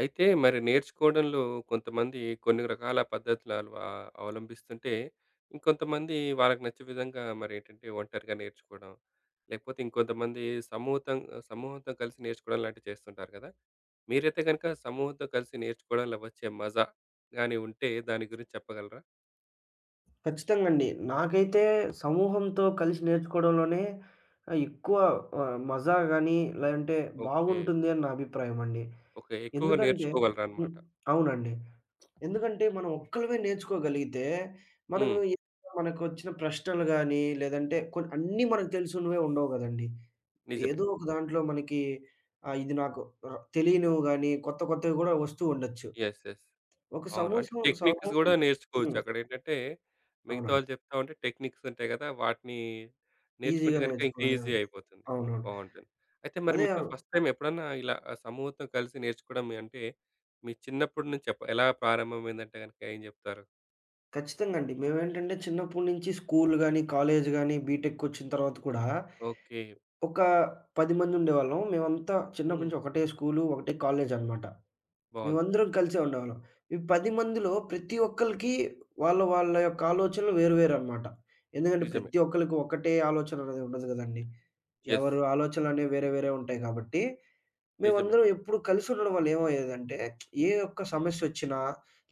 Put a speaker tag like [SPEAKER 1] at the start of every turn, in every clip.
[SPEAKER 1] అయితే మరి నేర్చుకోవడంలో కొంతమంది కొన్ని రకాల పద్ధతులు అవలంబిస్తుంటే, ఇంకొంతమంది వాళ్ళకి నచ్చే విధంగా మరేంటంటే ఒంటరిగా నేర్చుకోవడం, లేకపోతే ఇంకొంతమంది సమూహతం సమూహంతో కలిసి నేర్చుకోవడం లాంటివి చేస్తుంటారు కదా! మీరైతే గనుక సమూహంతో కలిసి నేర్చుకోవడంలో వచ్చే మజా గాని ఉంటే దాని గురించి చెప్పగలరా?
[SPEAKER 2] ఖచ్చితంగా అండి. నాకైతే సమూహంతో కలిసి నేర్చుకోవడంలోనే ఎక్కువ మజా గాని, లేదంటే
[SPEAKER 1] ఓకే.
[SPEAKER 2] బాగుంటుంది అని నా అభిప్రాయం అండి.
[SPEAKER 1] ఓకే, ఎక్కువగా
[SPEAKER 2] ఎందుకంటే హ్మ్.
[SPEAKER 1] నేర్చుకోగలరనమాట.
[SPEAKER 2] అవునండి. ఎందుకంటే మనం ఒక్కళ్ళమే నేర్చుకోగలిగితే, మనం
[SPEAKER 1] హ్మ్.
[SPEAKER 2] ఏదో మనకొచ్చిన ప్రశ్నలు గాని, లేదంటే కొన్ని అన్నీ మనకు తెలిసినవే ఉండవు గదండీ.
[SPEAKER 1] నిజమే.
[SPEAKER 2] ఏదో ఒక దాంట్లో మనకి ఇది నాకు తెలియనివి గాని, కొత్త కొత్తవి గూడా వస్తూ ఉండొచ్చు.
[SPEAKER 1] యెస్. యెస్.
[SPEAKER 2] ఒక
[SPEAKER 1] అవును, అంటే
[SPEAKER 2] సమూసం
[SPEAKER 1] టెక్నిక్స్
[SPEAKER 2] సమూహం
[SPEAKER 1] గూడా నేర్చుకోవచ్చు.
[SPEAKER 2] హ్మ్.
[SPEAKER 1] అక్కడేంటంటే మిగతా
[SPEAKER 2] అవునండి.
[SPEAKER 1] వాళ్ళు చెప్తా ఉంటే టెక్నిక్స్ ఉంటాయి గదా! వాటిని నేర్చుకుంటే
[SPEAKER 2] ఈజీగా
[SPEAKER 1] గనుక ఇంకా ఈజీ
[SPEAKER 2] నేర్చుకునేదాన్ని.
[SPEAKER 1] అయిపోతుంది.
[SPEAKER 2] అవునవును.
[SPEAKER 1] బావుంటుంది. అయితే మరి
[SPEAKER 2] అదే.
[SPEAKER 1] మీకు ఫస్ట్ టైమ్ ఎప్పుడన్నా ఇలా ఆ సమూహంతో కలిసి నేర్చుకోవడం అంటే మీ చిన్నప్పటి నుంచి ఎలా ప్రారంభమైందంటే గనుక ఏం జెప్తారు?
[SPEAKER 2] ఖచ్చితంగా అండి. మేమేంటంటే చిన్నప్పటి నుంచి స్కూల్ గాని, కాలేజ్ గాని, బీటెక్‌కొచ్చిన తర్వాత కూడా
[SPEAKER 1] ఓకే.
[SPEAKER 2] ఒక 10 మంది ఉండేవాళ్ళం. మేమంతా చిన్నప్పటి
[SPEAKER 1] హ్మ్.
[SPEAKER 2] నుంచి ఒకటే స్కూలు, ఒకటే కాలేజ్ అనమాట.
[SPEAKER 1] బావుంది.
[SPEAKER 2] మేమందరం కలిసే ఉండేవాళ్ళం. ఈ 10 మందిలో ప్రతి ఒక్కళ్ళకి వాళ్ళ వాళ్ళ యొక్క ఆలోచనలు వేరు వేరు అనమాట. ఎందుకంటే
[SPEAKER 1] నిజమే.
[SPEAKER 2] ప్రతి ఒక్కళ్ళకి ఒకటే ఆలోచన అనేది ఉండదు గదండీ.
[SPEAKER 1] యెస్.
[SPEAKER 2] ఎవరు ఆలోచనలనేవి వేరే వేరే ఉంటాయి కాబట్టి
[SPEAKER 1] నిజమే.
[SPEAKER 2] మేమందరం ఎప్పుడు కలిసి ఉండడం వల్ల ఏమయ్యేదంటే, ఏ ఒక్క సమస్యొచ్చినా,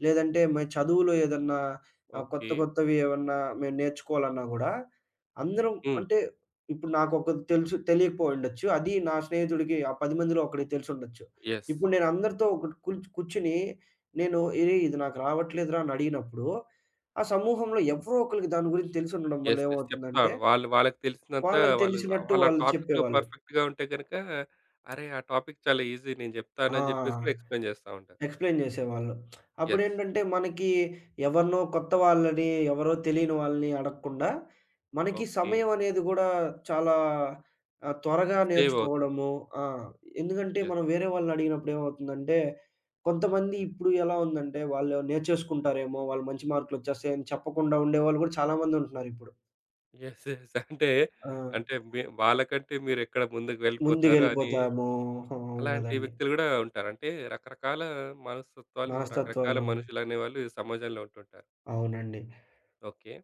[SPEAKER 2] లేదంటే మన చదువులో ఏదన్నా కొత్త
[SPEAKER 1] ఓకే.
[SPEAKER 2] కొత్తవి ఏమన్నా మేము నేర్చుకోవాలన్నా గూడా, అందరం
[SPEAKER 1] హ్మ్.
[SPEAKER 2] అంటే ఇప్పుడు నాకొకటి తెలుసు తెలియకపోయుండొచ్చు. అది నా స్నేహితుడికి ఆ 10 మందిలో ఒకడికి తెలిసుండొచ్చు.
[SPEAKER 1] యెస్.
[SPEAKER 2] ఇప్పుడు నేను అందరితో ఒకటి కూర్చొని నేను "ఏయ్! ఇది నాకు రావట్లేదురా" అని అడిగినప్పుడు, ఆ సమూహంలో ఎవరో ఒకళ్ళకి దాని గురించి తెలిసుండడం వల్ల
[SPEAKER 1] యెస్. యెస్,
[SPEAKER 2] ఏమవుతుందంటే,
[SPEAKER 1] చెప్తారు. వాళ్ళు వాళ్ళకి తెలిసినంత
[SPEAKER 2] వాళ్ళకి
[SPEAKER 1] వాళ్ళు
[SPEAKER 2] తెలిసినట్టు
[SPEAKER 1] వాళ్ళ
[SPEAKER 2] వాళ్ళు
[SPEAKER 1] టాపిక్‌లో
[SPEAKER 2] చెప్పేవాళ్ళు.
[SPEAKER 1] పర్ఫెక్ట్‌గా ఉంటే గనుక, అరే! ఆ టాపిక్ చాలా ఈజీ నేను
[SPEAKER 2] ఆ!
[SPEAKER 1] చెప్తానని చెప్పేసి కూడా ఎక్స్‌ప్లెయిన్ చేస్తా ఉంటారు.
[SPEAKER 2] ఎక్స్‌ప్లెయిన్ జేసేవాళ్ళు.
[SPEAKER 1] యెస్.
[SPEAKER 2] అప్పుడేంటంటే, మనకి ఎవరినో కొత్త వాళ్ళని, ఎవరో తెలియని వాళ్ళని అడగకుండా, మనకి
[SPEAKER 1] ఓకే.
[SPEAKER 2] సమయం అనేది గూడా చాలా త్వరగా
[SPEAKER 1] సేవ్ అవుతుంది.
[SPEAKER 2] నేర్చుకోవడము. ఆ! ఎందుకంటే,
[SPEAKER 1] యెస్.
[SPEAKER 2] మనం వేరే వాళ్ళని అడిగినప్పుడు ఏమవుతుందంటే, కొంతమంది ఇప్పుడు ఎలా ఉందంటే, వాళ్ళు నేర్చేసుకుంటారేమో, వాళ్ళు మంచి మార్కులొచ్చేస్తాయని చెప్పకుండా ఉండేవాళ్ళు గూడా చాలా మంది ఉంటున్నారిప్పుడు.
[SPEAKER 1] యెస్. యెస్, అంటే,
[SPEAKER 2] ఆ!
[SPEAKER 1] అంటే మీ వాళ్ళకంటే మీరెక్కడ ముందుకు వెళ్ళిపోతారు అని
[SPEAKER 2] ముందుకెళ్ళిపోతాము. అవును
[SPEAKER 1] అలాంటి
[SPEAKER 2] గదండీ!
[SPEAKER 1] వ్యక్తులు గూడా ఉంటారు. అంటే రకరకాల మనస్తత్వాలు, రకరకాల
[SPEAKER 2] మనస్తత్వాలు.
[SPEAKER 1] మనుషులనేవాళ్ళు ఈ సమాజంలో ఉంటుంటారు.
[SPEAKER 2] అవునండి.
[SPEAKER 1] ఓకే.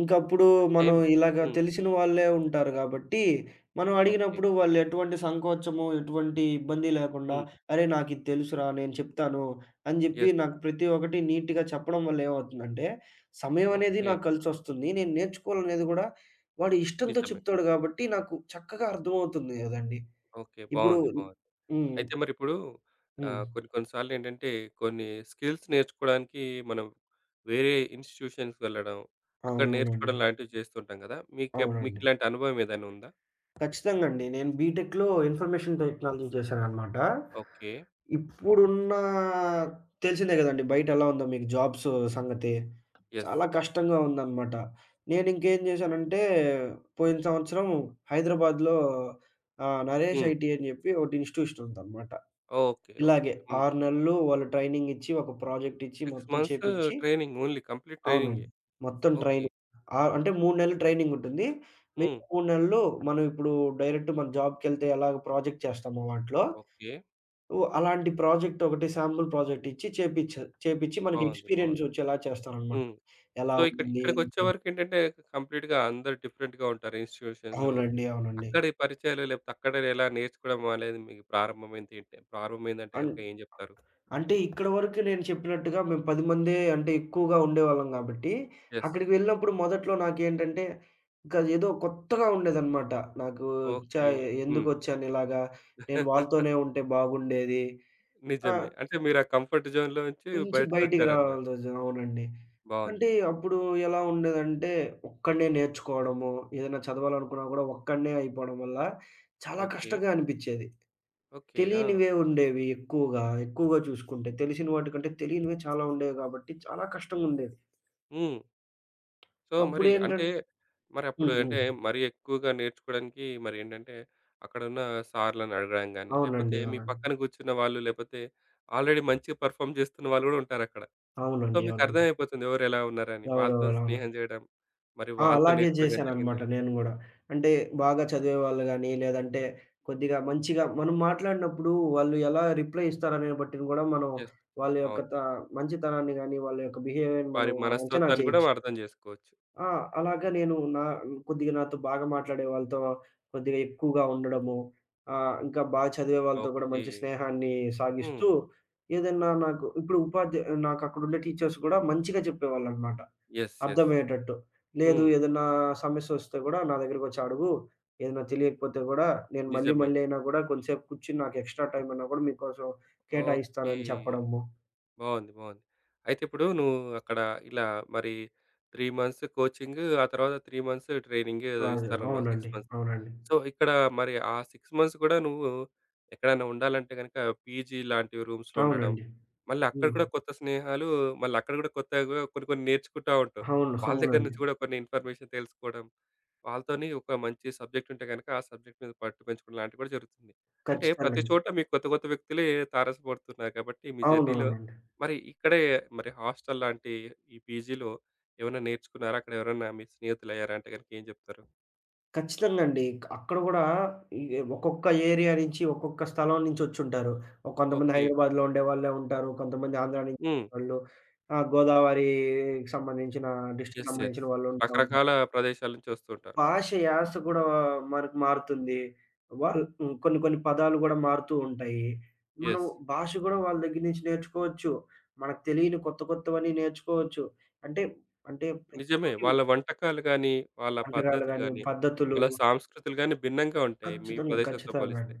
[SPEAKER 2] ఇంకప్పుడు
[SPEAKER 1] అయితే
[SPEAKER 2] మనం ఇలాగ
[SPEAKER 1] హ్మ్.
[SPEAKER 2] తెలిసిన వాళ్ళే ఉంటారు గాబట్టి, మనం
[SPEAKER 1] ఓకే.
[SPEAKER 2] అడిగినప్పుడు వాళ్ళు ఎటువంటి సంకోచము, ఎటువంటి ఇబ్బంది లేకుండా,
[SPEAKER 1] హ్మ్.
[SPEAKER 2] "అరే! నాకిది తెలుసురా, నేను చెప్తాను" అని జెప్పి
[SPEAKER 1] యెస్.
[SPEAKER 2] నాకు ప్రతి ఒక్కటి నీట్‌గా చెప్పడం వల్ల ఏమవుతుందంటే, సమయం అనేది
[SPEAKER 1] ఓకే.
[SPEAKER 2] నాకు కలిసొస్తుంది. నేను నేర్చుకోవాలనేది గూడా వాడు ఇష్టంతో
[SPEAKER 1] నిజమే.
[SPEAKER 2] చెప్తాడు గాబట్టి, నాకు చక్కగా అర్థమవుతుంది గదండీ.
[SPEAKER 1] ఓకే.
[SPEAKER 2] ఇప్పుడు
[SPEAKER 1] బావుంది. బావుంది.
[SPEAKER 2] హ్మ్.
[SPEAKER 1] అయితే మరిప్పుడు
[SPEAKER 2] హ్మ్.
[SPEAKER 1] కొన్ని కొన్ని సార్లేంటంటే కొన్ని స్కిల్స్ నేర్చుకోవడానికి మనం వేరే ఇన్‌స్టిట్యూషన్స్ వెళ్ళడం, అక్కడ నేర్చుకోవడం
[SPEAKER 2] అవునవునండి.
[SPEAKER 1] లాంటివి చేస్తుంటాం గదా!
[SPEAKER 2] అవునండి.
[SPEAKER 1] మీకిలాంటి అనుభవం ఏదైనా ఉందా?
[SPEAKER 2] ఖచ్చితంగా అండి. నేను బీటెక్‌లో ఇన్ఫర్మేషన్ టెక్నాలజీ చేశాననమాట.
[SPEAKER 1] ఓకే.
[SPEAKER 2] ఇప్పుడున్న తెలిసిందే గదండీ! బయటెలా ఉందో మీకు జాబ్స్ సంగతి.
[SPEAKER 1] యెస్.
[SPEAKER 2] చాలా కష్టంగా ఉందనమాట. నేనింకేం జేశానంటే, పోయిన సంవత్సరం హైదరాబాద్‌లో 'నరేష్
[SPEAKER 1] హ్మ్.
[SPEAKER 2] ఐటీ' అని జెప్పి ఒకటి ఇన్‌స్టిట్యూషన్ ఉందనమాట.
[SPEAKER 1] ఓకే. ఓకే.
[SPEAKER 2] ఇలాగే
[SPEAKER 1] హ్మ్.
[SPEAKER 2] 6 నెలలు వాళ్ళు ట్రైనింగ్ ఇచ్చి, ఒక ప్రాజెక్ట్ ఇచ్చి,
[SPEAKER 1] 6
[SPEAKER 2] మొత్తం
[SPEAKER 1] మంత్స్
[SPEAKER 2] చేపిచ్చి
[SPEAKER 1] ట్రైనింగ్ ఓన్లీ, కంప్లీట్
[SPEAKER 2] అవునండి.
[SPEAKER 1] ట్రైనింగే.
[SPEAKER 2] మొత్తం
[SPEAKER 1] ఓకే.
[SPEAKER 2] ట్రైనింగ్. అంటే 3 నెలలు ట్రైనింగ్ ఉంటుంది.
[SPEAKER 1] హ్మ్.
[SPEAKER 2] మిగతా 3 నెలలు మనం ఇప్పుడు డైరెక్ట్ మన జాబ్‌కెళ్తే ఎలాగ ప్రాజెక్ట్ చేస్తామో వాటిలో
[SPEAKER 1] ఓకే.
[SPEAKER 2] ఓహ్! అలాంటి ప్రాజెక్ట్ ఒకటి శాంపుల్ ప్రాజెక్ట్ ఇచ్చి చేపిచ్చి మనకి
[SPEAKER 1] బావుంది.
[SPEAKER 2] ఎక్స్‌పీరియన్స్
[SPEAKER 1] బావుంది.
[SPEAKER 2] వచ్చేలా చేస్తారనమాట.
[SPEAKER 1] హ్మ్.
[SPEAKER 2] ఎలా
[SPEAKER 1] సో,
[SPEAKER 2] ఉంటుంది
[SPEAKER 1] ఇక్కడికొచ్చే
[SPEAKER 2] అంటే
[SPEAKER 1] వరకేంటంటే కంప్లీట్‌గా అందరూ డిఫరెంట్‌గా ఉంటారు ఇన్‌స్టిట్యూషన్‌లో.
[SPEAKER 2] అవునండి. అవునండి.
[SPEAKER 1] అక్కడి పరిచయాలు లేకపోతే అక్కడ ఎలా నేర్చుకోవడం అనేది మీకు ప్రారంభమైంది ఏంటి? ప్రారంభమైందంటే
[SPEAKER 2] అన్
[SPEAKER 1] గనుక ఏం చెప్తారు?
[SPEAKER 2] అంటే ఇక్కడ వరకు నేను చెప్పినట్టుగా మేము 10 మందే అంటే ఎక్కువగా ఉండేవాళ్ళం గాబట్టి,
[SPEAKER 1] యెస్.
[SPEAKER 2] అక్కడికి వెళ్ళినప్పుడు మొదట్లో నాకేంటంటే, ఇంకా ఏదో కొత్తగా ఉండేదనమాట. నాకు చ
[SPEAKER 1] ఓకే.
[SPEAKER 2] ఎందుకొచ్చాను ఇలాగా? నేను
[SPEAKER 1] హ్మ్.
[SPEAKER 2] వాళ్ళతోనే ఉంటే బాగుండేది. ఆ!
[SPEAKER 1] నిజమే. అంటే మీరు ఆ కంఫర్ట్ జోన్‌లో నుంచి
[SPEAKER 2] నుంచి బయటికి
[SPEAKER 1] బయటకొచ్చారన్నమాట.
[SPEAKER 2] రావాల్సొచ్చింది. అవునండి.
[SPEAKER 1] బావుంది.
[SPEAKER 2] అంటే అప్పుడు ఎలా ఉండేదంటే, ఒక్కడినే నేర్చుకోవడము, ఏదైనా చదవాలనుకున్నా కూడా ఒక్కడినే అయిపోవడం వల్ల చాలా
[SPEAKER 1] ఓకే.
[SPEAKER 2] కష్టంగా అనిపిచ్చేది.
[SPEAKER 1] ఓకే. ఆ!
[SPEAKER 2] తెలియనివే ఉండేవి ఎక్కువగా. ఎక్కువగా చూసుకుంటే తెలిసిన వాటికంటే తెలియనివే చాలా ఉండేవి కాబట్టి చాలా కష్టంగుండేది.
[SPEAKER 1] హ్మ్. సో, మరి అంటే
[SPEAKER 2] అప్పుడేంటంటే
[SPEAKER 1] మరప్పుడు
[SPEAKER 2] హ్మ్. హ్మ్.
[SPEAKER 1] అంటే మరీ ఎక్కువగా నేర్చుకోవడానికి మరేంటంటే అక్కడున్న సార్‌లని అడగడం గాని, లేపోతే
[SPEAKER 2] అవునండి.
[SPEAKER 1] మీ
[SPEAKER 2] అవునండి.
[SPEAKER 1] పక్కన కూర్చున్న వాళ్ళు, లేపోతే ఆల్రెడీ మంచిగా పెర్ఫార్మ్ చేస్తున్న వాళ్ళు గూడా ఉంటారక్కడ. సో,
[SPEAKER 2] అవునండి.
[SPEAKER 1] మీకు
[SPEAKER 2] అవునండి.
[SPEAKER 1] అర్థమైపోతుంది ఎవరెలా ఉన్నారని. వాళ్ళతోని
[SPEAKER 2] ఎవరెవరు అవును.
[SPEAKER 1] స్నేహం జేయడం, మరి
[SPEAKER 2] ఆ!
[SPEAKER 1] వాళ్ళతో
[SPEAKER 2] అలాగే
[SPEAKER 1] నేర్చుకోవడం గాని జరిగిందా?
[SPEAKER 2] జేశాననమాట నేను గూడా. అంటే బాగా చదివేవాళ్ళు గానీ, లేదంటే కొద్దిగా మంచిగా మనం మాట్లాడినప్పుడు వాళ్ళు ఎలా రిప్లై ఇస్తారనే బట్టిని గూడా మనం
[SPEAKER 1] యెస్.
[SPEAKER 2] వాళ్ళ యొక్క
[SPEAKER 1] అవును.
[SPEAKER 2] మంచితనాన్ని గానీ, వాళ్ళ యొక్క బిహేవియర్‌ని
[SPEAKER 1] వారి
[SPEAKER 2] మనం అంచనా
[SPEAKER 1] మనస్తత్వాన్ని కూడా
[SPEAKER 2] చేయొచ్చు.
[SPEAKER 1] అర్థం జేసుకోవచ్చు.
[SPEAKER 2] ఆ! అలాగా నేను నా కొద్దిగా నాతో బాగా మాట్లాడే వాళ్ళతో కొద్దిగా ఎక్కువగా ఉండడము, ఇంకా బాగా చదివే వాళ్ళతో కూడా
[SPEAKER 1] ఓకే.
[SPEAKER 2] మంచి స్నేహాన్ని
[SPEAKER 1] హ్మ్.
[SPEAKER 2] సాగిస్తూ, ఏదన్నా నాకు ఇప్పుడు నాకక్కడుండే టీచర్స్ గూడా మంచిగా చెప్పేవాళ్ళనమాట.
[SPEAKER 1] యెస్. యెస్.
[SPEAKER 2] అర్థమయ్యేటట్టు. లేదు
[SPEAKER 1] హ్మ్.
[SPEAKER 2] ఏదన్నా సమస్యొస్తే గూడా నా దగ్గరకొచ్చి అడుగు. ఏదన్నా తెలియకపోతే గూడా నేను మళ్ళీ
[SPEAKER 1] నిజమే.
[SPEAKER 2] మళ్ళీ అయినా గూడా కొంతసేపు కూర్చొని నాకు ఎక్స్‌ట్రా టైమ్ అన్నా గూడా మీకోసం
[SPEAKER 1] ఓకే.
[SPEAKER 2] కేటాయిస్తానని చెప్పడము.
[SPEAKER 1] బావుంది. బావుంది. అయితే ఇప్పుడు నువ్వు అక్కడ ఇలా మరి 3 మంత్స్ కోచింగ్, ఆ తర్వాత 3 మంత్స్ ట్రైనింగ్ ఏదో
[SPEAKER 2] రాజు
[SPEAKER 1] ఇస్తారన్నావు, 6
[SPEAKER 2] అవునండి.
[SPEAKER 1] మంత్స్.
[SPEAKER 2] అవునండి.
[SPEAKER 1] సో, ఇక్కడ మరి ఆ 6 మంత్స్ కూడా నువ్వు ఎక్కడైనా ఉండాలంటే గనుక పీజీ లాంటి రూమ్స్‌లో ఉండడం,
[SPEAKER 2] అవునండి.
[SPEAKER 1] మళ్ళీ అక్కడ
[SPEAKER 2] హ్మ్.
[SPEAKER 1] కూడా కొత్త స్నేహాలు, మళ్ళీ అక్కడ కూడా కొత్తగా కొన్ని కొన్ని నేర్చుకుంటా ఉంటావు.
[SPEAKER 2] అవును.
[SPEAKER 1] వాళ్ళ దగ్గర
[SPEAKER 2] అవునండి.
[SPEAKER 1] నుంచి కూడా కొన్ని ఇన్ఫర్మేషన్ తెలుసుకోవడం. వాళ్ళతోని ఒక మంచి సబ్జెక్ట్ ఉంటే గనుక, ఆ సబ్జెక్ట్ మీద పట్టు పెంచుకోవడం లాంటివి కూడా జరుగుతుంది. అంటే
[SPEAKER 2] ఖచ్చితంగా
[SPEAKER 1] ప్రతి
[SPEAKER 2] అండి.
[SPEAKER 1] చోట మీకు కొత్త కొత్త వ్యక్తులే తారసపడుతున్నారు కాబట్టి మీ జర్నీలో
[SPEAKER 2] అవునవునండి.
[SPEAKER 1] మరి ఇక్కడే మరి హాస్టల్ లాంటి ఈ పీజీలో ఏమైనా నేర్చుకున్నారా? అక్కడ ఎవరైనా మీ స్నేహితులయ్యారా అంటే గనుక ఏం చెప్తారు?
[SPEAKER 2] ఖచ్చితంగా అండి. అక్కడ గూడా ఈ ఒక్కొక్క ఏరియా నుంచి, ఒక్కొక్క స్థలం నుంచి వచ్చుంటారు. కొంతమంది
[SPEAKER 1] ఓకే.
[SPEAKER 2] హైదరాబాద్‌లో ఉండేవాళ్ళే ఉంటారు. కొంతమంది ఆంధ్ర నుంచి
[SPEAKER 1] హ్మ్.
[SPEAKER 2] వాళ్ళు గోదావరికి సంబంధించిన డిస్ట్రిక్ట్
[SPEAKER 1] యెస్. యెస్.
[SPEAKER 2] సంబంధించిన వాళ్ళు ఉంటా ఉంటారు.
[SPEAKER 1] రకరకాల ప్రదేశాల నుంచి వస్తుంటారు.
[SPEAKER 2] భాష యాస గూడా మనకు మారుతుంది. వాళ్ళు హ్మ్. కొన్ని కొన్ని పదాలు గూడా మారుతూ ఉంటాయి. మనం
[SPEAKER 1] యెస్.
[SPEAKER 2] భాష గూడా వాళ్ళ దగ్గర నుంచి నేర్చుకోవచ్చు. మనకు తెలియని కొత్త కొత్తవన్నీ నేర్చుకోవచ్చు. అంటే అంటే ప్రతి
[SPEAKER 1] నిజమే.
[SPEAKER 2] ఒక్కటి
[SPEAKER 1] వాళ్ళ వంటకాలు గాని, వాళ్ళ
[SPEAKER 2] వంటకాలు
[SPEAKER 1] పద్ధతులు
[SPEAKER 2] గాని,
[SPEAKER 1] గాని,
[SPEAKER 2] పద్ధతులు
[SPEAKER 1] వాళ్ళ సాంస్కృతులు గాని భిన్నంగా ఉంటాయి మీ
[SPEAKER 2] ఖచ్చితంగా.
[SPEAKER 1] ప్రదేశంతో
[SPEAKER 2] ఖచ్చితంగా
[SPEAKER 1] పోలిస్తే.
[SPEAKER 2] అండి.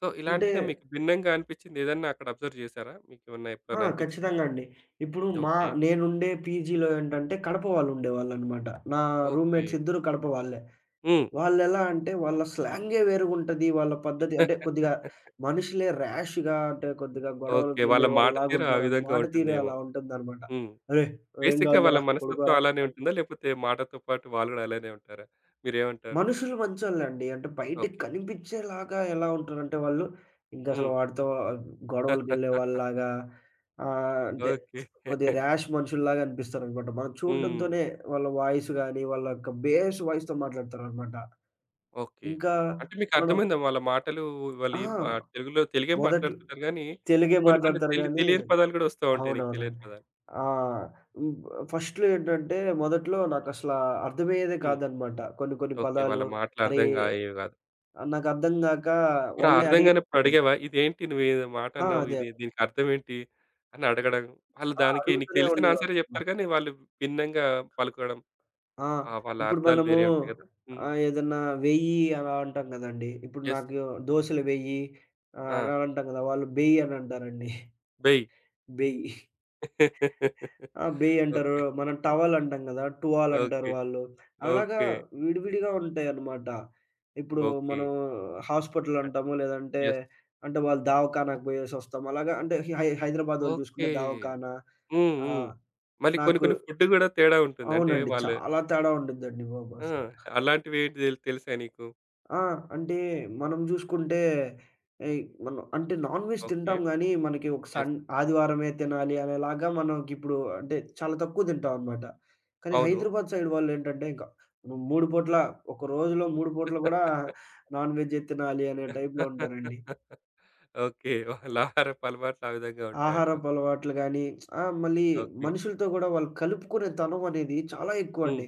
[SPEAKER 1] సో,
[SPEAKER 2] అంటే
[SPEAKER 1] ఇలాంటిగా మీకు భిన్నంగా అనిపించింది ఏదన్నా అక్కడ అబ్జర్వ్ చేశారా? మీకేమన్నా
[SPEAKER 2] ఆ!
[SPEAKER 1] ఎప్పుడన్నా అనిపించిందా?
[SPEAKER 2] ఖచ్చితంగా అండి. ఇప్పుడు
[SPEAKER 1] ఓకే.
[SPEAKER 2] నేనుండే పీజీలో ఏంటంటే కడప వాళ్ళు ఉండేవాళ్ళనమాట. నా
[SPEAKER 1] ఓకే.
[SPEAKER 2] రూమ్‌మేట్స్ ఇద్దరు కడప వాళ్ళే.
[SPEAKER 1] హ్మ్.
[SPEAKER 2] వాళ్ళెలా అంటే వాళ్ళ స్లాంగే వేరుగుంటది. వాళ్ళ పద్ధతి అంటే కొద్దిగా మనుషులే ర్యాష్‌గా అంటే కొద్దిగా
[SPEAKER 1] ఓకే, వాళ్ళ
[SPEAKER 2] గొడవలకెళ్ళే
[SPEAKER 1] మాట తీరు ఆ
[SPEAKER 2] వాళ్ళలాగుంటారు.
[SPEAKER 1] విధంగా
[SPEAKER 2] మాట తీరే
[SPEAKER 1] ఉంటుందేమో.
[SPEAKER 2] అలా ఉంటుందనమాట.
[SPEAKER 1] హ్మ్.
[SPEAKER 2] "అరేయ్! ఏం
[SPEAKER 1] బేసిక్‌గా వాళ్ళ
[SPEAKER 2] కాదులేరా
[SPEAKER 1] మనస్తత్వం
[SPEAKER 2] పడుకోరా"
[SPEAKER 1] అలానే ఉంటుందా? లేకపోతే మాటతో పాటు వాళ్ళు కూడా అలానే ఉంటారా? మీరేమంటారు?
[SPEAKER 2] మనుషులు మంచోళ్ళండి. అంటే బయటికి
[SPEAKER 1] ఓకే.
[SPEAKER 2] కనిపించేలాగా ఎలా ఉంటారంటే వాళ్ళు, ఇంకసలు
[SPEAKER 1] హ్మ్.
[SPEAKER 2] వాడితో గొడవలకెళ్ళేవాళ్ళలాగా అంటే
[SPEAKER 1] ఓకే.
[SPEAKER 2] కొద్దిగా ర్యాష్ మనుషుల్లాగా అనిపిస్తారనమాట. మనం
[SPEAKER 1] హ్మ్.
[SPEAKER 2] చూడడంతోనే వాళ్ళ వాయిస్ గాని, వాళ్ళ యొక్క బేస్ వాయిస్‌తో మాట్లాడతారనమాట.
[SPEAKER 1] ఓకే.
[SPEAKER 2] ఇంకా
[SPEAKER 1] అంటే మీకు
[SPEAKER 2] మనం
[SPEAKER 1] అర్థమైందా వాళ్ళ మాటలు? వాళ్ళు
[SPEAKER 2] ఆ!
[SPEAKER 1] ఏం తెలుగులో తెలుగే
[SPEAKER 2] మొదట్లో
[SPEAKER 1] మాట్లాడుతున్నారు గానీ,
[SPEAKER 2] తెలుగే
[SPEAKER 1] కొన్ని కొన్ని
[SPEAKER 2] మాట్లాడతారు
[SPEAKER 1] తెలి
[SPEAKER 2] గానీ
[SPEAKER 1] తెలియని పదాలు కూడా వస్తా ఉంటాయి, నీకు తెలియని
[SPEAKER 2] అవునవునండి.
[SPEAKER 1] పదాలు.
[SPEAKER 2] ఆ! హ్మ్. ఫస్ట్‌లో ఏంటంటే మొదట్లో నాకసల అర్థమయ్యేదే
[SPEAKER 1] హ్మ్.
[SPEAKER 2] కాదనమాట. కొన్ని కొన్ని
[SPEAKER 1] ఓకే, వాళ్ళ
[SPEAKER 2] పదాలు
[SPEAKER 1] మాటలు
[SPEAKER 2] అరే!
[SPEAKER 1] అర్థం కాయేవి కాదు.
[SPEAKER 2] ఆ! నాకర్థం గాక
[SPEAKER 1] మరి
[SPEAKER 2] వాళ్ళనే
[SPEAKER 1] అర్థం
[SPEAKER 2] అడిగా.
[SPEAKER 1] కానప్పుడు అడిగావా? ఇదేంటి నువ్వు ఈ మాట
[SPEAKER 2] ఆ!
[SPEAKER 1] అన్నావు?
[SPEAKER 2] అదే.
[SPEAKER 1] ఇది దీనికి అర్థం ఏంటి? అని అడగడం. వాళ్ళు
[SPEAKER 2] ఆ!
[SPEAKER 1] దానికి నీకు
[SPEAKER 2] అడుగుతూనే
[SPEAKER 1] తెలిసిన ఆన్సరే
[SPEAKER 2] ఉండేవాళ్ళనమాట.
[SPEAKER 1] చెప్తారు కానీ, వాళ్ళు భిన్నంగా పలుకడం.
[SPEAKER 2] ఆ!
[SPEAKER 1] ఆ! వాళ్ళ
[SPEAKER 2] ఇప్పుడు
[SPEAKER 1] అర్థాలు
[SPEAKER 2] మనము
[SPEAKER 1] వేరే ఉంటాయి కదా! హ్మ్.
[SPEAKER 2] ఏదన్నా 1000 అలా అంటాం గదండీ! ఇప్పుడు
[SPEAKER 1] యెస్.
[SPEAKER 2] నాకు దోసలు 1000
[SPEAKER 1] ఆ!
[SPEAKER 2] అలా అంటాం గదా! వాళ్ళు బెయ్యి అని అంటారండి.
[SPEAKER 1] బెయ్.
[SPEAKER 2] బెయ్యి. ఆ! బెయ్యి అంటారు.
[SPEAKER 1] ఓకే.
[SPEAKER 2] మనం టవల్ అంటాం గదా! టువాల్ అంటారు
[SPEAKER 1] ఓకే.
[SPEAKER 2] వాళ్ళు. అలాగా
[SPEAKER 1] ఓకే.
[SPEAKER 2] విడివిడిగా ఉంటాయన్నమాట. ఇప్పుడు
[SPEAKER 1] ఓకే.
[SPEAKER 2] మనం హాస్పిటల్
[SPEAKER 1] అట్
[SPEAKER 2] అంటాము. లేదంటే
[SPEAKER 1] యెస్.
[SPEAKER 2] అంటే వాళ్ళు దవాఖానాకు బోయేసొస్తాం. అలాగా అంటే హై హైదరాబాదోళ్ళు
[SPEAKER 1] ఓకే.
[SPEAKER 2] చూసుకుంటే దవాఖానా.
[SPEAKER 1] హ్మ్.
[SPEAKER 2] ఆ!
[SPEAKER 1] హ్మ్. మళ్ళీ కొన్ని
[SPEAKER 2] నాకు
[SPEAKER 1] కొన్ని ఫుడ్ కూడా తేడా ఉంటుంది. అంటే
[SPEAKER 2] అవునండి.
[SPEAKER 1] వాళ్ళు
[SPEAKER 2] చాలా తేడా ఉండిద్దండి బాబు
[SPEAKER 1] ఆ!
[SPEAKER 2] అసల.
[SPEAKER 1] అలాంటివేంటి తెలుసా నీకు?
[SPEAKER 2] ఆ! అంటే మనం జూసుకుంటే ఏయ్ మనం అంటే నాన్ వెజ్
[SPEAKER 1] ఓకే.
[SPEAKER 2] తింటాం గానీ, మనకి ఒక
[SPEAKER 1] యెస్.
[SPEAKER 2] ఆదివారమే తినాలి అనేలాగా మనకిప్పుడు అంటే చాలా తక్కువ తింటాం అనమాట. కానీ
[SPEAKER 1] అవును.
[SPEAKER 2] హైదరాబాద్ సైడ్ వాళ్ళేంటంటే ఇంక నువ్వు 3 పూట్ల ఒక రోజులో 3 పూట్ల గూడా నాన్ వెజ్జే తినాలి అనే టైప్‌లో ఉంటారండి.
[SPEAKER 1] ఓకే, వాళ్ళ ఆహారపు అలవాట్లు ఆ విధంగా ఉంటాయంటావు.
[SPEAKER 2] ఆహారపు అలవాట్లు గానీ, ఆ! మళ్ళీ
[SPEAKER 1] ఓకే.
[SPEAKER 2] మనుషులతో గూడా వాళ్ళు కలుపుకునే తనం అనేది చాలా
[SPEAKER 1] హ్మ్.
[SPEAKER 2] ఎక్కువండి.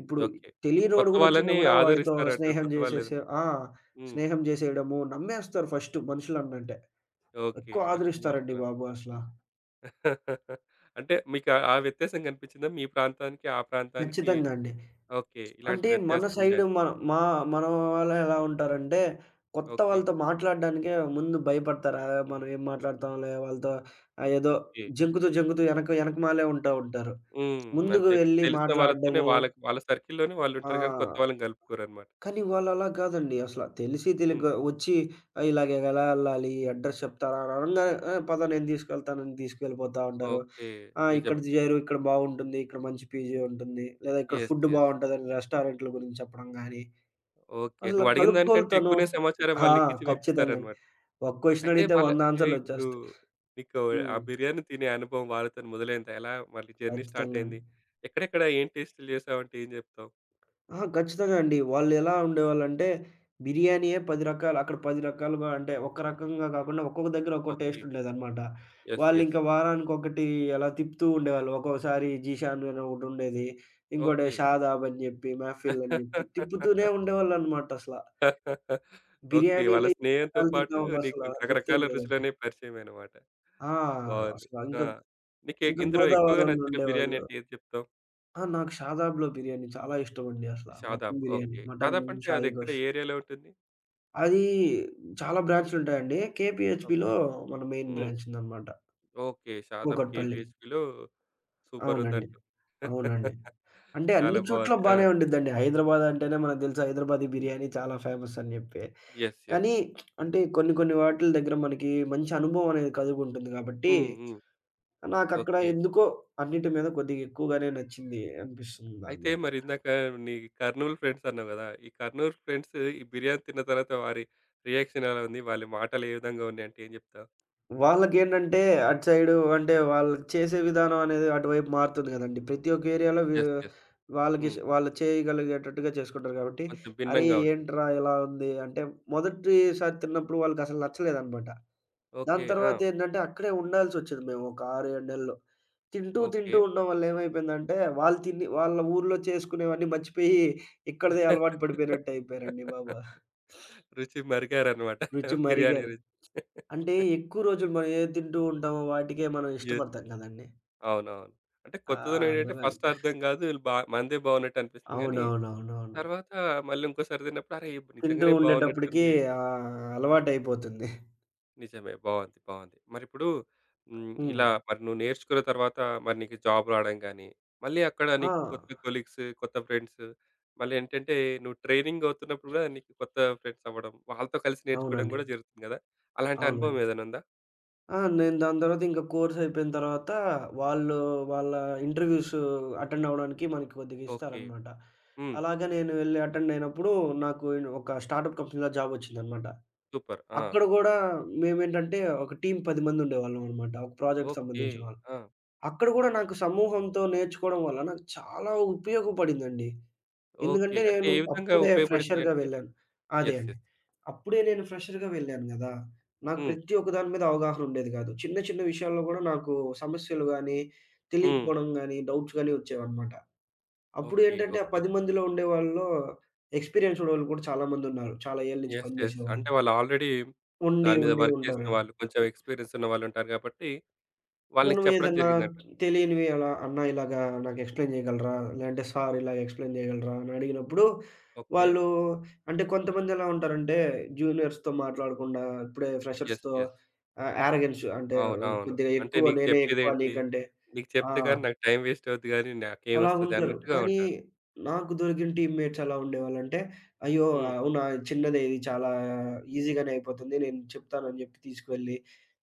[SPEAKER 2] ఇప్పుడు
[SPEAKER 1] ఓకే,
[SPEAKER 2] తెలియనోడు
[SPEAKER 1] కొత్త
[SPEAKER 2] గూడా వచ్చినా
[SPEAKER 1] వాళ్ళని
[SPEAKER 2] గూడా వాడితో
[SPEAKER 1] ఆదరిస్తారంటావు.
[SPEAKER 2] స్నేహం
[SPEAKER 1] కొత్త
[SPEAKER 2] జేసేసే
[SPEAKER 1] వాళ్ళేదైనా
[SPEAKER 2] ఆ!
[SPEAKER 1] హ్మ్.
[SPEAKER 2] స్నేహం జేసేయడము, నమ్మేస్తారు ఫస్ట్ మనుషులనంటే.
[SPEAKER 1] ఓకే.
[SPEAKER 2] ఎక్కువ
[SPEAKER 1] వర్షం
[SPEAKER 2] ఆదరిస్తారండి
[SPEAKER 1] మనుషులం.
[SPEAKER 2] బాబు అసల.
[SPEAKER 1] అంటే మీకు ఆ ఆ వ్యత్యాసం కనిపించిందా? మీ ప్రాంతానికి, ఆ ప్రాంతానికి
[SPEAKER 2] ఖచ్చితంగా అండి.
[SPEAKER 1] ఓకే, ఇలాంటి
[SPEAKER 2] అంటే మన
[SPEAKER 1] వ్యత్యాసం
[SPEAKER 2] సైడు
[SPEAKER 1] ఉందని.
[SPEAKER 2] మన మా మన వాళ్ళు ఎలా ఉంటారంటే, కొత్త
[SPEAKER 1] ఓకే.
[SPEAKER 2] వాళ్ళతో మాట్లాడడానికే ముందు భయపడతారు. ఆ! మనం ఏం మాట్లాడతాంలే వాళ్ళతో ఏదో
[SPEAKER 1] ఓకే.
[SPEAKER 2] జంకుతూ జంకుతూ ఎనక ఎనకమాలే ఉంటా ఉంటారు.
[SPEAKER 1] హ్మ్.
[SPEAKER 2] ముందుకు
[SPEAKER 1] అంటే
[SPEAKER 2] వెళ్లి
[SPEAKER 1] తెలిసిన వాళ్ళతోనే
[SPEAKER 2] మాట్లాడడము
[SPEAKER 1] వాళ్ళకి వాళ్ళ సర్కిల్‌లోనే
[SPEAKER 2] ఆ!
[SPEAKER 1] వాళ్ళుంటారు గానీ కొత్త వాళ్ళని కలుపుకోరన్నమాట.
[SPEAKER 2] కానీ వాళ్ళలా కాదండి. అసల తెలిసి
[SPEAKER 1] హ్మ్.
[SPEAKER 2] తెలియక వచ్చి ఇలాగ ఎలా ఎళ్ళాలి? అడ్రెస్ చెప్తారా? అని అనంగానే ఆ! పద నేను తీసుకెళ్తానని తీసుకెళ్ళిపోతా ఉంటారు.
[SPEAKER 1] ఓకే.
[SPEAKER 2] ఆ! ఇక్కడ
[SPEAKER 1] నిజమే.
[SPEAKER 2] చేరు, ఇక్కడ బావుంటుంది. ఇక్కడ మంచి పీజీ ఉంటుంది. లేదా ఇక్కడ
[SPEAKER 1] యెస్.
[SPEAKER 2] Food
[SPEAKER 1] yes.
[SPEAKER 2] బావుంటదని రెస్టారెంట్‌ల గురించి చెప్పడం గాని,
[SPEAKER 1] ఓకే,
[SPEAKER 2] అసలు
[SPEAKER 1] నువ్వడిగిన దానికంటే
[SPEAKER 2] కలుపుకోలుతనం.
[SPEAKER 1] ఎక్కువనే సమాచారం
[SPEAKER 2] ఆ!
[SPEAKER 1] వాళ్ళు నీకిచ్చి
[SPEAKER 2] ఖచ్చితంగా అండి.
[SPEAKER 1] పంపిస్తారనమాట.
[SPEAKER 2] ఒక్క క్వెషన్
[SPEAKER 1] అయితే
[SPEAKER 2] అడిగితే
[SPEAKER 1] వాళ్ళు
[SPEAKER 2] 100
[SPEAKER 1] అంటే ఇప్పుడు
[SPEAKER 2] ఆన్సర్‌లొచ్చేస్తాయి.
[SPEAKER 1] మీకు ఆ
[SPEAKER 2] హ్మ్.
[SPEAKER 1] బిర్యానీ తినే అనుభవం వాళ్ళతోని మొదలైందా? ఎలా మళ్ళీ జర్నీ స్టార్ట్
[SPEAKER 2] ఖచ్చితంగా అండి.
[SPEAKER 1] అయింది? ఎక్కడెక్కడ ఏం టేస్ట్‌లు చేసావంటే ఏం జెప్తావు?
[SPEAKER 2] అహా! ఖచ్చితంగా అండి. వాళ్ళెలా ఉండేవాళ్ళంటే, బిర్యానీయే 10 రకాలు అక్కడ 10 రకాలుగా అంటే, ఒక రకంగా కాకుండా ఒక్కొక్క దగ్గర ఒక్కో
[SPEAKER 1] ఓకే.
[SPEAKER 2] టేస్ట్ ఉండేదనమాట.
[SPEAKER 1] యెస్. యెస్.
[SPEAKER 2] వాళ్ళింక వారానికొకటి అలా తిప్పుతూ ఉండేవాళ్ళు. ఒక్కోసారి జీషాన్ అని ఒకటుండేది. ఇంకోటి
[SPEAKER 1] ఓకే.
[SPEAKER 2] షాదాబ్ అని జెప్పి, మెహఫిల్ అని జెప్పి తిప్పుతూనే ఉండేవాళ్ళనమాట అసల.
[SPEAKER 1] ఓకే, వాళ్ళ
[SPEAKER 2] బిర్యానీలో ఎన్ని
[SPEAKER 1] స్నేహంతో
[SPEAKER 2] రకాలు
[SPEAKER 1] పాటు
[SPEAKER 2] తిన్నామో
[SPEAKER 1] నీకు
[SPEAKER 2] అసల గుర్తే
[SPEAKER 1] రకరకాల
[SPEAKER 2] లేదండి.
[SPEAKER 1] రుచులనేవి పరిచయమనమాట.
[SPEAKER 2] ఆ!
[SPEAKER 1] బావుంది.
[SPEAKER 2] అసల ఇంక,
[SPEAKER 1] ఆ! నీకే
[SPEAKER 2] ఇంక
[SPEAKER 1] ఇందులో ఎక్కువగా నచ్చిన బిర్యానీ
[SPEAKER 2] గోదావరోళ్ళుండేవాళ్ళు.
[SPEAKER 1] అంటే ఏది చెప్తావు?
[SPEAKER 2] ఆ! నాకు షాదాబ్‌లో బిర్యానీ చాలా ఇష్టమండి అసల.
[SPEAKER 1] Shadab.
[SPEAKER 2] Mutton biryani.
[SPEAKER 1] Okay.
[SPEAKER 2] Mutton
[SPEAKER 1] Shadab అంటే
[SPEAKER 2] షాయి
[SPEAKER 1] అదెక్కడ?
[SPEAKER 2] గోష్.
[SPEAKER 1] ఏ ఏరియాలో ఉంటుంది?
[SPEAKER 2] అది చాలా బ్రాంచులుంటాయండి.
[SPEAKER 1] ఓకే.
[SPEAKER 2] కేపీహెచ్‌బీలో మన మెయిన్
[SPEAKER 1] హ్మ్.
[SPEAKER 2] బ్రాంచ్ ఉందనమాట.
[SPEAKER 1] ఓకే. 'షాదాబ్
[SPEAKER 2] కూకట్‌పల్లి.
[SPEAKER 1] కేపీహెచ్‌బీలో'
[SPEAKER 2] అవునండి.
[SPEAKER 1] సూపరుందంటూ.
[SPEAKER 2] అవునండి. అంటే
[SPEAKER 1] చాలా
[SPEAKER 2] అన్ని చోట్ల
[SPEAKER 1] బావుంది. ఆ!
[SPEAKER 2] బానే ఉండిద్దండి. హైదరాబాద్ అంటేనే మనకు తెలుసు హైదరాబాదీ బిర్యానీ చాలా ఫేమస్ అని జెప్పి.
[SPEAKER 1] యెస్. యెస్.
[SPEAKER 2] కానీ అంటే కొన్ని కొన్ని వాటిల దగ్గర మనకి మంచి అనుభవం అనేది కలుగుంటుంది కాబట్టి,
[SPEAKER 1] హ్మ్. హ్మ్.
[SPEAKER 2] నాకక్కడ
[SPEAKER 1] ఓకే.
[SPEAKER 2] ఎందుకో అన్నిటి మీద కొద్దిగా ఎక్కువగానే నచ్చింది అనిపిస్తుంది దాని
[SPEAKER 1] అయితే
[SPEAKER 2] మీద.
[SPEAKER 1] మరి ఇందాక నీ కర్నూలు ఫ్రెండ్స్ అన్నావు గదా! ఈ కర్నూలు ఫ్రెండ్స్ ఈ బిర్యానీ తిన్న తర్వాత వారి రియాక్షన్ ఎలా ఉంది? వాళ్ళ మాటలు ఏ విధంగా ఉన్నాయంటే ఏం జెప్తావు?
[SPEAKER 2] వాళ్ళకేంటంటే అటు సైడు అంటే వాళ్ళు చేసే విధానం అనేది అటువైపు మారుతుంది కదండీ. ప్రతి ఒక్క ఏరియాలో
[SPEAKER 1] యెస్. యెస్.
[SPEAKER 2] వాళ్ళకి
[SPEAKER 1] హ్మ్.
[SPEAKER 2] వాళ్ళు చేయగలిగేటట్టుగా చేసుకుంటారు కాబట్టి,
[SPEAKER 1] కొంచెం
[SPEAKER 2] "అరే!
[SPEAKER 1] భిన్నంగా ఉంటుంది.
[SPEAKER 2] ఏంట్రా ఇలా ఉంది" అంటే మొదటిసారి తిన్నప్పుడు వాళ్ళకసలు నచ్చలేదనమాట.
[SPEAKER 1] ఓకే.
[SPEAKER 2] దాని
[SPEAKER 1] ఆ!
[SPEAKER 2] తర్వాత ఏంటంటే అక్కడే ఉండాల్సొచ్చేది మేము ఒక 6, 7 నెలలు. తింటూ
[SPEAKER 1] ఓకే.
[SPEAKER 2] తింటూ ఉండడం వల్ల ఏమైపోయిందంటే వాళ్ళు తిని వాళ్ళ ఊర్లో చేసుకునేవన్నీ మర్చిపోయి ఇక్కడిదే అలవాటు పడిపోయినట్టు అయిపోయారండి బాబు.
[SPEAKER 1] రుచి మరిగారన్నమాట.
[SPEAKER 2] రుచి
[SPEAKER 1] బిర్యానీ
[SPEAKER 2] మరిగారు.
[SPEAKER 1] రుచి.
[SPEAKER 2] అంటే ఎక్కువ రోజులు మనం ఏది తింటూ ఉంటామో వాటికే మనం
[SPEAKER 1] యెస్.
[SPEAKER 2] ఇష్టపడతాం కదండీ.
[SPEAKER 1] అవునవును. అంటే కొత్తదనం ఏంటంటే
[SPEAKER 2] అందుకని.
[SPEAKER 1] ఫస్ట్ అర్థం కాదు. వీళ్ళు మనదే బాగున్నట్టు అనిపిస్తుంది గానీ,
[SPEAKER 2] అవునవునవునవును.
[SPEAKER 1] తర్వాత మళ్ళీ ఇంకోసారి తిన్నప్పుడు అరే! ఇప్పుడు
[SPEAKER 2] తింటూ
[SPEAKER 1] నిజంగానే
[SPEAKER 2] ఉండేటప్పటికి
[SPEAKER 1] బాగున్నట్టుంది.
[SPEAKER 2] అలవాటయిపోతుంది.
[SPEAKER 1] నిజమే, బావుంది. బావుంది. మరిప్పుడు హ్మ్.
[SPEAKER 2] హ్మ్.
[SPEAKER 1] ఇలా మరి నువ్వు నేర్చుకున్న తర్వాత మరి నీకు జాబ్ రావడం గానీ, మళ్ళీ అక్కడ
[SPEAKER 2] ఆ!
[SPEAKER 1] నీకు కొత్త కొలీగ్స్, కొత్త ఫ్రెండ్స్ మళ్ళీ ఏంటంటే నువ్వు ట్రైనింగ్ అవుతున్నప్పుడు గూడా నీకు కొత్త ఫ్రెండ్స్ అవ్వడం, వాళ్ళతో కలిసి నేర్చుకోవడం
[SPEAKER 2] అవునండి.
[SPEAKER 1] గూడా జరుగుతుంది గదా! అలాంటి అనుభవం
[SPEAKER 2] అవునండి.
[SPEAKER 1] ఏదైనా ఉందా?
[SPEAKER 2] ఆ! నేను దాని తర్వాత ఇంకా కోర్స్ అయిపోయిన తర్వాత వాళ్ళు వాళ్ళ ఇంటర్‌వ్యూస్ అటెండ్ అవ్వడానికి మనకి కొద్దిగా
[SPEAKER 1] ఓకే.
[SPEAKER 2] ఇస్తారనమాట.
[SPEAKER 1] హ్మ్.
[SPEAKER 2] అలాగా నేను వెళ్లి అటెండ్ అయినప్పుడు నాకు ఒక స్టార్టప్ కంపెనీలో జాబ్ వచ్చిందనమాట.
[SPEAKER 1] సూపర్. ఆ!
[SPEAKER 2] అక్కడ గూడా మేమేంటంటే ఒక టీమ్ 10 మంది ఉండేవాళ్ళం అనమాట. ఒక ప్రాజెక్ట్‌కి
[SPEAKER 1] ఓకే.
[SPEAKER 2] సంబంధించిన వాళ్ళం.
[SPEAKER 1] ఆ!
[SPEAKER 2] అక్కడ గూడా నాకు సమూహంతో నేర్చుకోవడం వల్ల నాకు చాలా ఉపయోగపడిందండి.
[SPEAKER 1] ఓకే.
[SPEAKER 2] ఎందుకంటే
[SPEAKER 1] అంటే
[SPEAKER 2] నేను
[SPEAKER 1] ఏ విధంగా
[SPEAKER 2] అప్పుడే
[SPEAKER 1] ఉపయోగపడింది
[SPEAKER 2] ఫ్రెషర్‌గా
[SPEAKER 1] అంటే
[SPEAKER 2] వెళ్ళాను. అదే
[SPEAKER 1] యెస్.
[SPEAKER 2] అండి.
[SPEAKER 1] యెస్.
[SPEAKER 2] అప్పుడే నేను ఫ్రెషర్‌గా వెళ్ళాను గదా! నాకు
[SPEAKER 1] హ్మ్.
[SPEAKER 2] ప్రతి ఒక్క దాని మీద అవగాహన ఉండేది గాదు. చిన్న చిన్న విషయాల్లో గూడా నాకు సమస్యలు గానీ,
[SPEAKER 1] హ్మ్.
[SPEAKER 2] తెలియకపోవడం గానీ, డౌట్స్ గానీ వచ్చేవన్నమాట. అప్పుడు
[SPEAKER 1] ఓకే.
[SPEAKER 2] ఏంటంటే ఆ
[SPEAKER 1] ఓకే.
[SPEAKER 2] 10 మందిలో ఉండేవాళ్ళలో ఎక్స్‌పీరియన్స్ ఉన్నోళ్ళు కూడా చాలా మందున్నారు. చాలా ఏళ్ళ నుంచి
[SPEAKER 1] యెస్. యెస్.
[SPEAKER 2] పనిజేసేవాళ్ళు.
[SPEAKER 1] అంటే వాళ్ళు ఆల్రెడీ
[SPEAKER 2] ఉండి
[SPEAKER 1] దాని మీద
[SPEAKER 2] ఉండి
[SPEAKER 1] వర్క్
[SPEAKER 2] ఉంటారు
[SPEAKER 1] చేసిన
[SPEAKER 2] గదా!
[SPEAKER 1] వాళ్ళు, కొంచెం ఎక్స్‌పీరియన్స్ ఉన్న వాళ్ళుంటారు కాబట్టి వాళ్ళు నీకు
[SPEAKER 2] మనం
[SPEAKER 1] చెప్పడం
[SPEAKER 2] ఏదన్నా
[SPEAKER 1] జరిగిందంట.
[SPEAKER 2] తెలియనివి అలా "అన్న ఇలాగా నాకు ఎక్స్‌ప్లెయిన్ చేయగలరా?" లేదంటే "సార్ ఇలాగ ఎక్స్‌ప్లెయిన్ చేయగలరా?" అని అడిగినప్పుడు
[SPEAKER 1] ఓకే.
[SPEAKER 2] వాళ్ళు అంటే కొంతమంది ఎలా ఉంటారంటే జూనియర్స్‌తో మాట్లాడకుండా ఇప్పుడే
[SPEAKER 1] యెస్.
[SPEAKER 2] ఫ్రెషర్స్‌తో
[SPEAKER 1] యెస్.
[SPEAKER 2] యారగెన్స్ అంటే
[SPEAKER 1] అవునవును.
[SPEAKER 2] కొద్దిగా
[SPEAKER 1] అంటే
[SPEAKER 2] ఎక్కువ
[SPEAKER 1] నీకు
[SPEAKER 2] నేనే ఎక్కువ
[SPEAKER 1] చెప్పేదేంటి?
[SPEAKER 2] నీకంటే.
[SPEAKER 1] నీకు
[SPEAKER 2] ఆ!
[SPEAKER 1] చెప్తే గాని నాకు టైం వేస్ట్ అవుద్ది గానీ
[SPEAKER 2] అలా
[SPEAKER 1] నాకేమొస్తది
[SPEAKER 2] ఉంటారు.
[SPEAKER 1] అన్నట్టుగా
[SPEAKER 2] కానీ
[SPEAKER 1] ఉంటారు.
[SPEAKER 2] నాకు దొరికిన టీమ్‌మేట్స్ ఎలా ఉండేవాళ్ళంటే, అయ్యో!
[SPEAKER 1] హ్మ్.
[SPEAKER 2] అవునా! చిన్నదే ఇది చాలా ఈజీగానే అయిపోతుంది. నేను చెప్తానని చెప్పి తీసుకువెళ్ళి,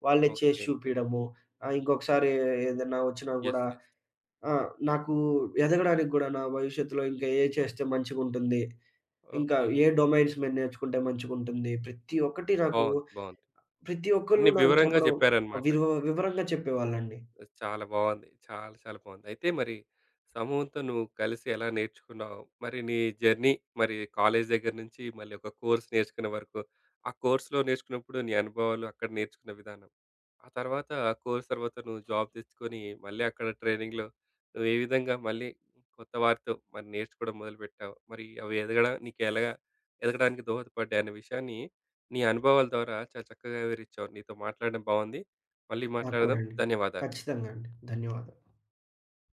[SPEAKER 2] వాళ్ళే చేసి
[SPEAKER 1] ఓకే.
[SPEAKER 2] చూపియడము. ఇంకొకసారి ఏదన్నా వచ్చినా
[SPEAKER 1] యెస్.
[SPEAKER 2] కూడా
[SPEAKER 1] యెస్.
[SPEAKER 2] ఆ! నాకు ఎదగడానికి కూడా నా భవిష్యత్తులో ఇంకా ఏ చేస్తే మంచిగుంటుంది? ఇంకా
[SPEAKER 1] ఓకే.
[SPEAKER 2] ఏ డొమైన్స్ మీద నేర్చుకుంటే మంచిగుంటుంది? ప్రతి ఒక్కటి నాకు
[SPEAKER 1] బావుంది. బావుంది.
[SPEAKER 2] ప్రతి ఒక్కళ్ళు
[SPEAKER 1] అన్ని
[SPEAKER 2] నాకు
[SPEAKER 1] వివరంగా
[SPEAKER 2] చెప్పడం
[SPEAKER 1] చెప్పారన్నమాట.
[SPEAKER 2] వివరంగా చెప్పేవాళ్ళండి.
[SPEAKER 1] చాలా బాగుంది. చాలా చాలా బాగుంది. అయితే మరి సమూహంతో నువ్వు కలిసి ఎలా నేర్చుకున్నావు? మరి నీ జర్నీ మరి కాలేజీ దగ్గర నుంచి మళ్ళీ ఒక కోర్స్ నేర్చుకునే వరకు, ఆ కోర్స్‌లో నేర్చుకున్నప్పుడు నీ అనుభవాలు, అక్కడ నేర్చుకున్న విధానం. ఆ తర్వాత ఆ కోర్స్ తర్వాత నువ్వు జాబ్ తెచ్చుకొని మళ్ళీ అక్కడ ట్రైనింగ్‌లో నువ్వు ఏ విధంగా మళ్ళీ కొత్త వారితో మరి నేర్చుకోవడం మొదలుపెట్టావు? మరి అవి ఎదగడం నీకు ఎలాగా ఎదగడానికి దోహదపడ్డాయి అనే విషయాన్ని నీ అనుభవాల ద్వారా చాలా చక్కగా వివరించావు. నీతో మాట్లాడడం బాగుంది. మళ్ళీ
[SPEAKER 2] నాకు కూడా
[SPEAKER 1] మాట్లాడదాం.
[SPEAKER 2] అండి.
[SPEAKER 1] ధన్యవాదాలు.
[SPEAKER 2] ఖచ్చితంగా అండి. ధన్యవాదాలు.